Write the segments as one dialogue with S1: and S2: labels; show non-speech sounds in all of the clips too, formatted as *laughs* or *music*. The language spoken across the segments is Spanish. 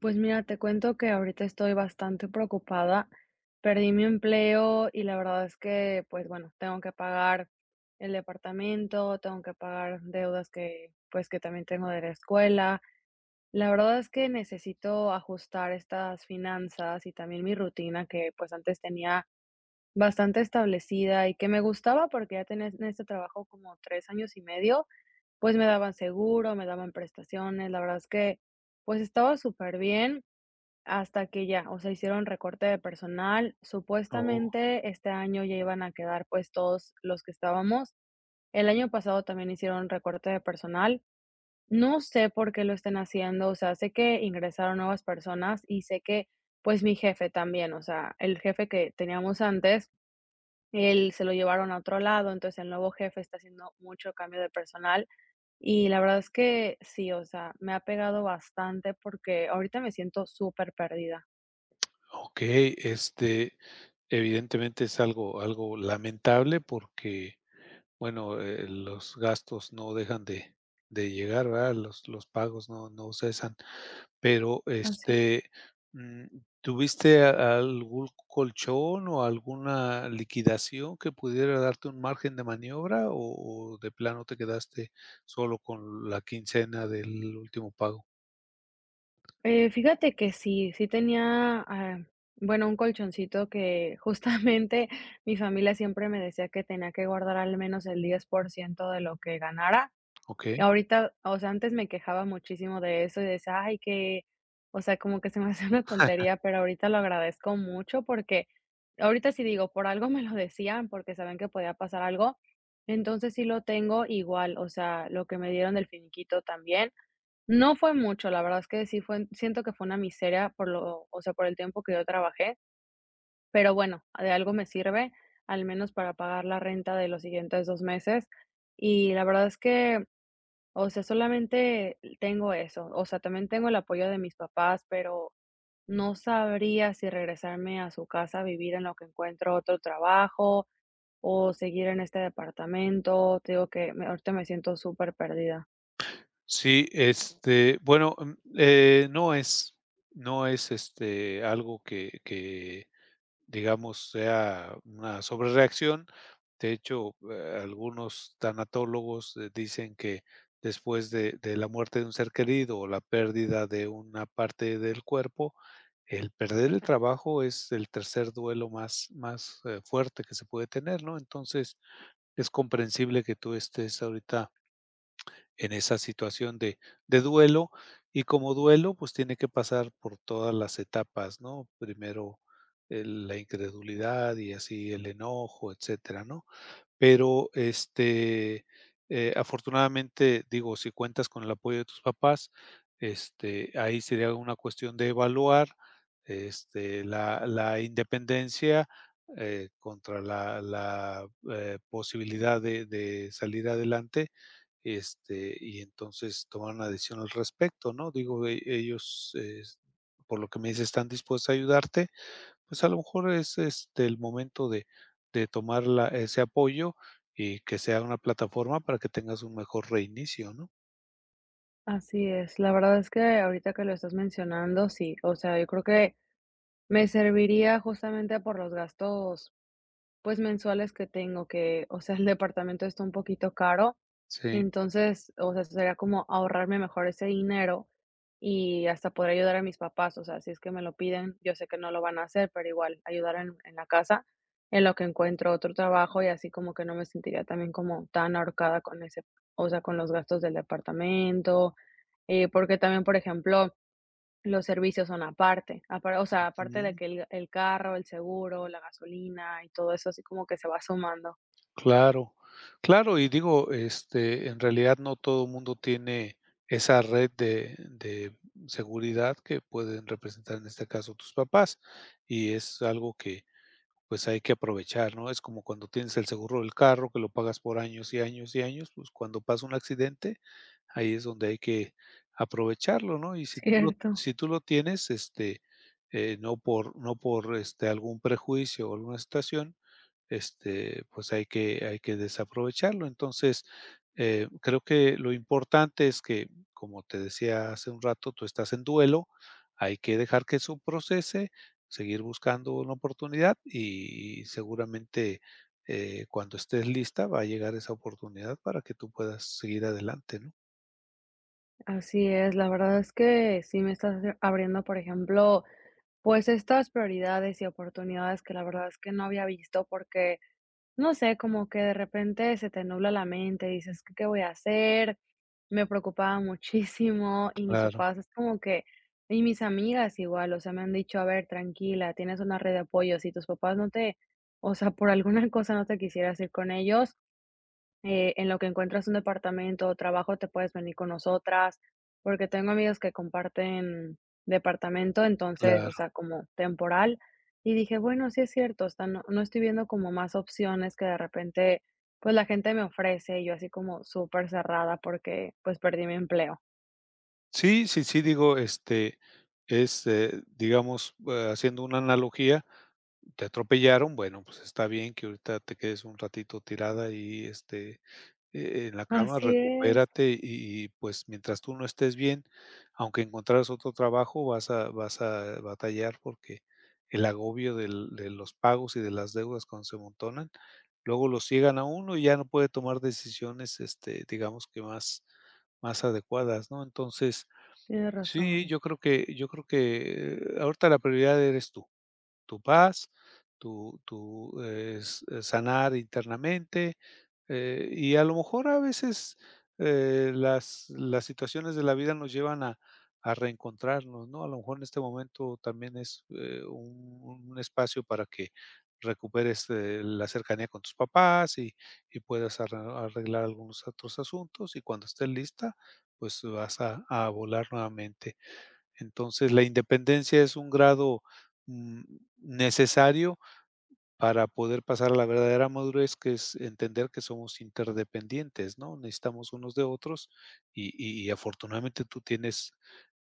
S1: Pues mira, te cuento que ahorita estoy bastante preocupada. Perdí mi empleo y la verdad es que, pues bueno, tengo que pagar el departamento, tengo que pagar deudas que, pues que también tengo de la escuela. La verdad es que necesito ajustar estas finanzas y también mi rutina que pues antes tenía bastante establecida y que me gustaba porque ya tenía en este trabajo como tres años y medio, pues me daban seguro, me daban prestaciones. La verdad es que pues estaba súper bien hasta que ya, o sea, hicieron recorte de personal.
S2: Oh,
S1: Supuestamente este año ya iban a quedar, pues, todos los que estábamos. El año pasado también hicieron recorte de personal. No sé por qué lo estén haciendo, o sea, sé que ingresaron nuevas personas y sé que, pues, mi jefe también, o sea, el jefe que teníamos antes, él se lo llevaron a otro lado, entonces el nuevo jefe está haciendo mucho cambio de personal y la verdad es que sí, o sea, me ha pegado bastante porque ahorita me siento súper perdida.
S2: okey, evidentemente es algo lamentable porque, bueno, los gastos no dejan de llegar, ¿verdad? Los pagos no cesan, pero,
S1: Así.
S2: mm, ¿tuviste a algún colchón o alguna liquidación que pudiera darte un margen de maniobra o de plano te quedaste solo con la quincena del último pago?
S1: Fíjate que sí tenía, ah, bueno, un colchoncito que justamente *laughs* mi familia siempre me decía que tenía que guardar al menos el 10% de lo que ganara. Y
S2: Okey.
S1: ahorita, o sea, antes me quejaba muchísimo de eso y decía, ay, que, o sea, como que se me *laughs* hace una tontería, pero ahorita lo agradezco mucho porque ahorita sí digo, por algo me lo decían, porque saben que podía pasar algo. Entonces sí lo tengo igual, o sea, lo que me dieron del finiquito también. No fue mucho, la verdad es que sí fue siento que fue una miseria por lo o sea, por el tiempo que yo trabajé, pero bueno, de algo me sirve, al menos para pagar la renta de los siguientes 2 meses. Y la verdad es que, o sea, solamente tengo eso, o sea, también tengo el apoyo de mis papás, pero no sabría si regresarme a su casa a vivir en lo que encuentro otro trabajo o seguir en este departamento. Te digo que me ahorita me siento súper perdida.
S2: Sí, bueno, no es no es algo que digamos, sea una sobrereacción. De hecho, algunos tanatólogos, dicen que después de la muerte de un ser querido o la pérdida de una parte del cuerpo, el perder el trabajo es el tercer duelo más fuerte que se puede tener, ¿no? Entonces, es comprensible que tú estés ahorita en esa situación de duelo, y como duelo, pues tiene que pasar por todas las etapas, ¿no? Primero, la incredulidad y así el enojo, etcétera, ¿no? Pero, afortunadamente, digo, si cuentas con el apoyo de tus papás, ahí sería una cuestión de evaluar, la independencia, contra la posibilidad de salir adelante, y entonces tomar una decisión al respecto, ¿no? Digo, ellos, por lo que me dices, están dispuestos a ayudarte, pues, a lo mejor es, el momento de tomar la ese apoyo y que sea una plataforma para que tengas un mejor reinicio, ¿no?
S1: Así es, la verdad es que ahorita que lo estás mencionando, sí, o sea, yo creo que me serviría justamente por los gastos, pues, mensuales que tengo, que, o sea, el departamento está un poquito caro,
S2: Sí.
S1: entonces, o sea, sería como ahorrarme mejor ese dinero y hasta poder ayudar a mis papás, o sea, si es que me lo piden, yo sé que no lo van a hacer, pero igual ayudar en la casa en lo que encuentro otro trabajo y así como que no me sentiría también como tan ahorcada con ese, o sea, con los gastos del departamento, porque también, por ejemplo, los servicios son aparte, apar o sea, aparte de
S2: Ujú.
S1: que el carro, el seguro, la gasolina y todo eso, así como que se va sumando.
S2: Claro, claro, y digo, en realidad no todo el mundo tiene esa red de seguridad que pueden representar, en este caso, tus papás, y es algo que pues hay que aprovechar, ¿no? Es como cuando tienes el seguro del carro, que lo pagas por años y años y años, pues cuando pasa un accidente, ahí es donde hay que aprovecharlo, ¿no? Y
S1: Sí. Cierto,
S2: si tú lo tienes, no por, no por algún prejuicio o alguna situación, pues hay que desaprovecharlo. Entonces, creo que lo importante es que, como te decía hace un rato, tú estás en duelo, hay que dejar que eso procese, seguir buscando una oportunidad y seguramente cuando estés lista va a llegar esa oportunidad para que tú puedas seguir adelante, ¿no?
S1: así es. La verdad es que sí me estás abriendo, por ejemplo, pues estas prioridades y oportunidades que la verdad es que no había visto porque, no sé, como que de repente se te nubla la mente, dices, ¿qué, qué voy a hacer? Me preocupaba muchísimo y mis
S2: Claro,
S1: papás es como que, y mis amigas igual, o sea, me han dicho, a ver, tranquila, tienes una red de apoyo, si tus papás no te, o sea, por alguna *laughs* cosa no te quisieras ir con ellos, en lo que encuentras un departamento o trabajo, te puedes venir con nosotras, porque tengo amigos que comparten departamento, entonces, o
S2: claro.
S1: sea, como temporal. Y dije, bueno, sí es cierto, o sea, no estoy viendo como más opciones que de repente, pues la gente me ofrece, y yo así como súper cerrada porque pues perdí mi empleo.
S2: Sí. digo, es, digamos, haciendo una analogía, te atropellaron, bueno, pues está bien que ahorita te quedes un ratito tirada y en la cama,
S1: Así es,
S2: recupérate y pues, mientras tú no estés bien, aunque encontraras otro trabajo, vas a batallar porque el agobio del de los pagos y de las deudas cuando se amontonan, luego lo ciegan a uno y ya no puede tomar decisiones, digamos que más adecuadas, ¿no? Entonces,
S1: tienes
S2: sí,
S1: razón.
S2: yo creo que ahorita la prioridad eres tú tu paz, tu tu, s sanar internamente, y a lo mejor a veces, las situaciones de la vida nos llevan a reencontrarnos, ¿no? A lo mejor en este momento también es, un espacio para que recuperes, la cercanía con tus papás y puedas arreglar algunos otros asuntos, y cuando estés lista, pues vas a volar nuevamente. Entonces, la independencia es un grado, mm, necesario para poder pasar a la verdadera madurez, que es entender que somos interdependientes, ¿no? Necesitamos unos de otros y afortunadamente tú tienes,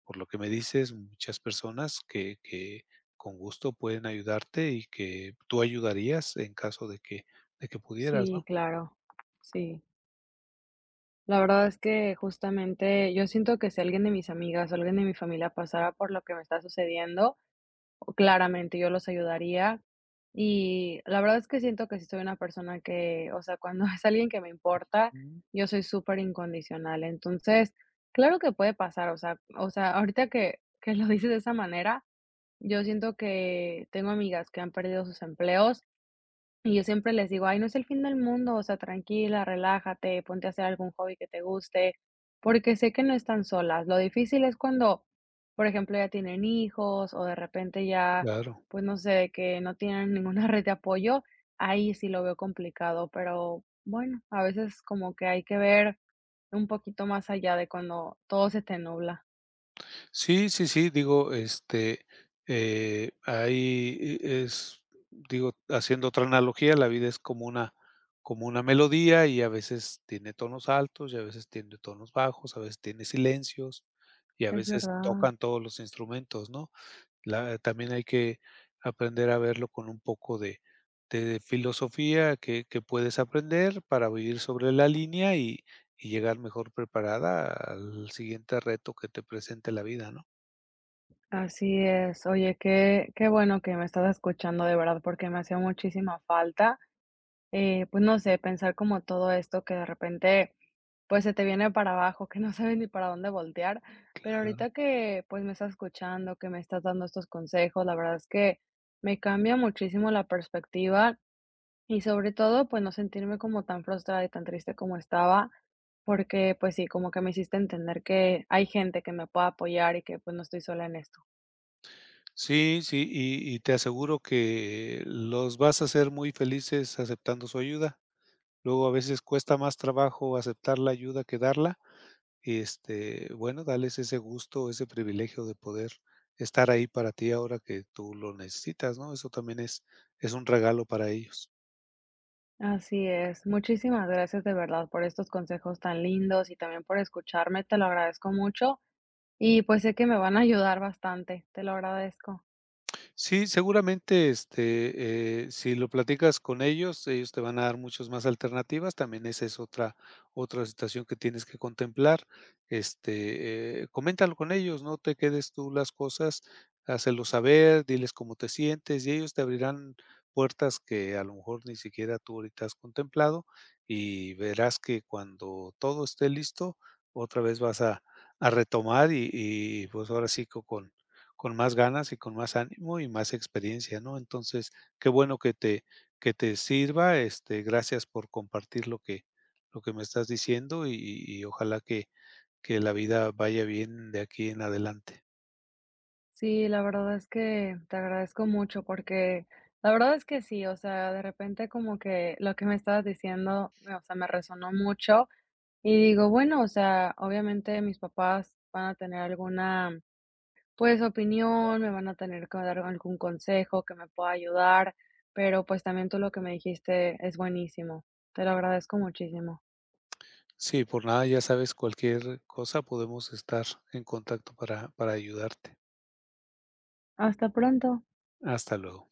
S2: por lo que me dices, muchas personas que con gusto pueden ayudarte y que tú ayudarías en caso de que pudieras,
S1: Sí,
S2: ¿no?
S1: claro, sí. La verdad es que justamente yo siento que si alguien de mis amigas o alguien de mi familia pasara por lo que me está sucediendo, claramente, yo los ayudaría. Y la verdad es que siento que sí soy una persona que, o sea, cuando *laughs* es alguien que me importa,
S2: Mm,
S1: yo soy súper incondicional. Entonces, claro que puede pasar, o sea, ahorita que lo dices de esa manera, yo siento que tengo amigas que han perdido sus empleos y yo siempre les digo: "Ay, no es el fin del mundo, o sea, tranquila, relájate, ponte a hacer algún hobby que te guste", porque sé que no están solas. Lo difícil es cuando, por ejemplo, ya tienen hijos o de repente ya,
S2: claro.
S1: pues, no sé, que no tienen ninguna *laughs* red de apoyo, ahí sí lo veo complicado, pero bueno, a veces como que hay que ver un poquito más allá de cuando todo se te nubla.
S2: Sí. digo, ahí es, digo, haciendo otra analogía, la vida es como una melodía y a veces tiene tonos altos y a veces tiene tonos bajos, a veces tiene silencios y a
S1: Es
S2: veces
S1: verdad.
S2: tocan todos los instrumentos, ¿no? También hay que aprender a verlo con un poco de filosofía que puedes aprender para vivir sobre la línea y llegar mejor preparada al siguiente reto que te presente la vida, ¿no?
S1: Así es. Oye, qué bueno que me estás escuchando, de verdad, porque me hacía muchísima falta. Pues no sé, pensar como todo esto que de repente, pues se te viene para abajo, que no sabes ni para dónde voltear. Pero
S2: Claro.
S1: ahorita que pues me estás escuchando, que me estás dando estos consejos, la verdad es que me cambia muchísimo la perspectiva y sobre todo pues no sentirme como tan frustrada y tan triste como estaba, porque pues sí, como que me hiciste entender que hay gente que me puede apoyar y que pues no estoy sola en esto.
S2: Sí, sí, y te aseguro que los vas a hacer muy felices aceptando su ayuda. Luego, a veces cuesta más trabajo aceptar la ayuda que darla, bueno, dales ese gusto, ese privilegio de poder estar ahí para ti ahora que tú lo necesitas, ¿no? Eso también es un regalo para ellos.
S1: Así es, muchísimas gracias de verdad por estos consejos tan lindos y también por escucharme, te lo agradezco mucho. Y pues sé que me van a ayudar bastante, te lo agradezco.
S2: Sí, seguramente, si lo platicas con ellos, ellos te van a dar muchas más alternativas. También esa es otra situación que tienes que contemplar. Coméntalo con ellos, no te quedes tú las cosas, hácelo saber, diles cómo te sientes y ellos te abrirán puertas que a lo mejor ni siquiera tú ahorita has contemplado y verás que cuando todo esté listo, otra vez vas a retomar y pues ahora sí que con más ganas y con más ánimo y más experiencia, ¿no? Entonces, qué bueno que te sirva, gracias por compartir lo que me estás diciendo y ojalá que la vida vaya bien de aquí en adelante.
S1: Sí, la verdad es que te agradezco mucho porque la verdad es que sí, o sea, de repente como que lo que me estabas diciendo, me- o sea, me resonó mucho y digo, bueno, o sea, obviamente mis papás van a tener alguna, pues, opinión, me van a tener que dar algún consejo que me pueda ayudar, pero pues también tú lo que me dijiste es buenísimo. Te lo agradezco muchísimo.
S2: Sí, por nada, ya sabes, cualquier cosa podemos estar en contacto para ayudarte.
S1: Hasta pronto.
S2: Hasta luego.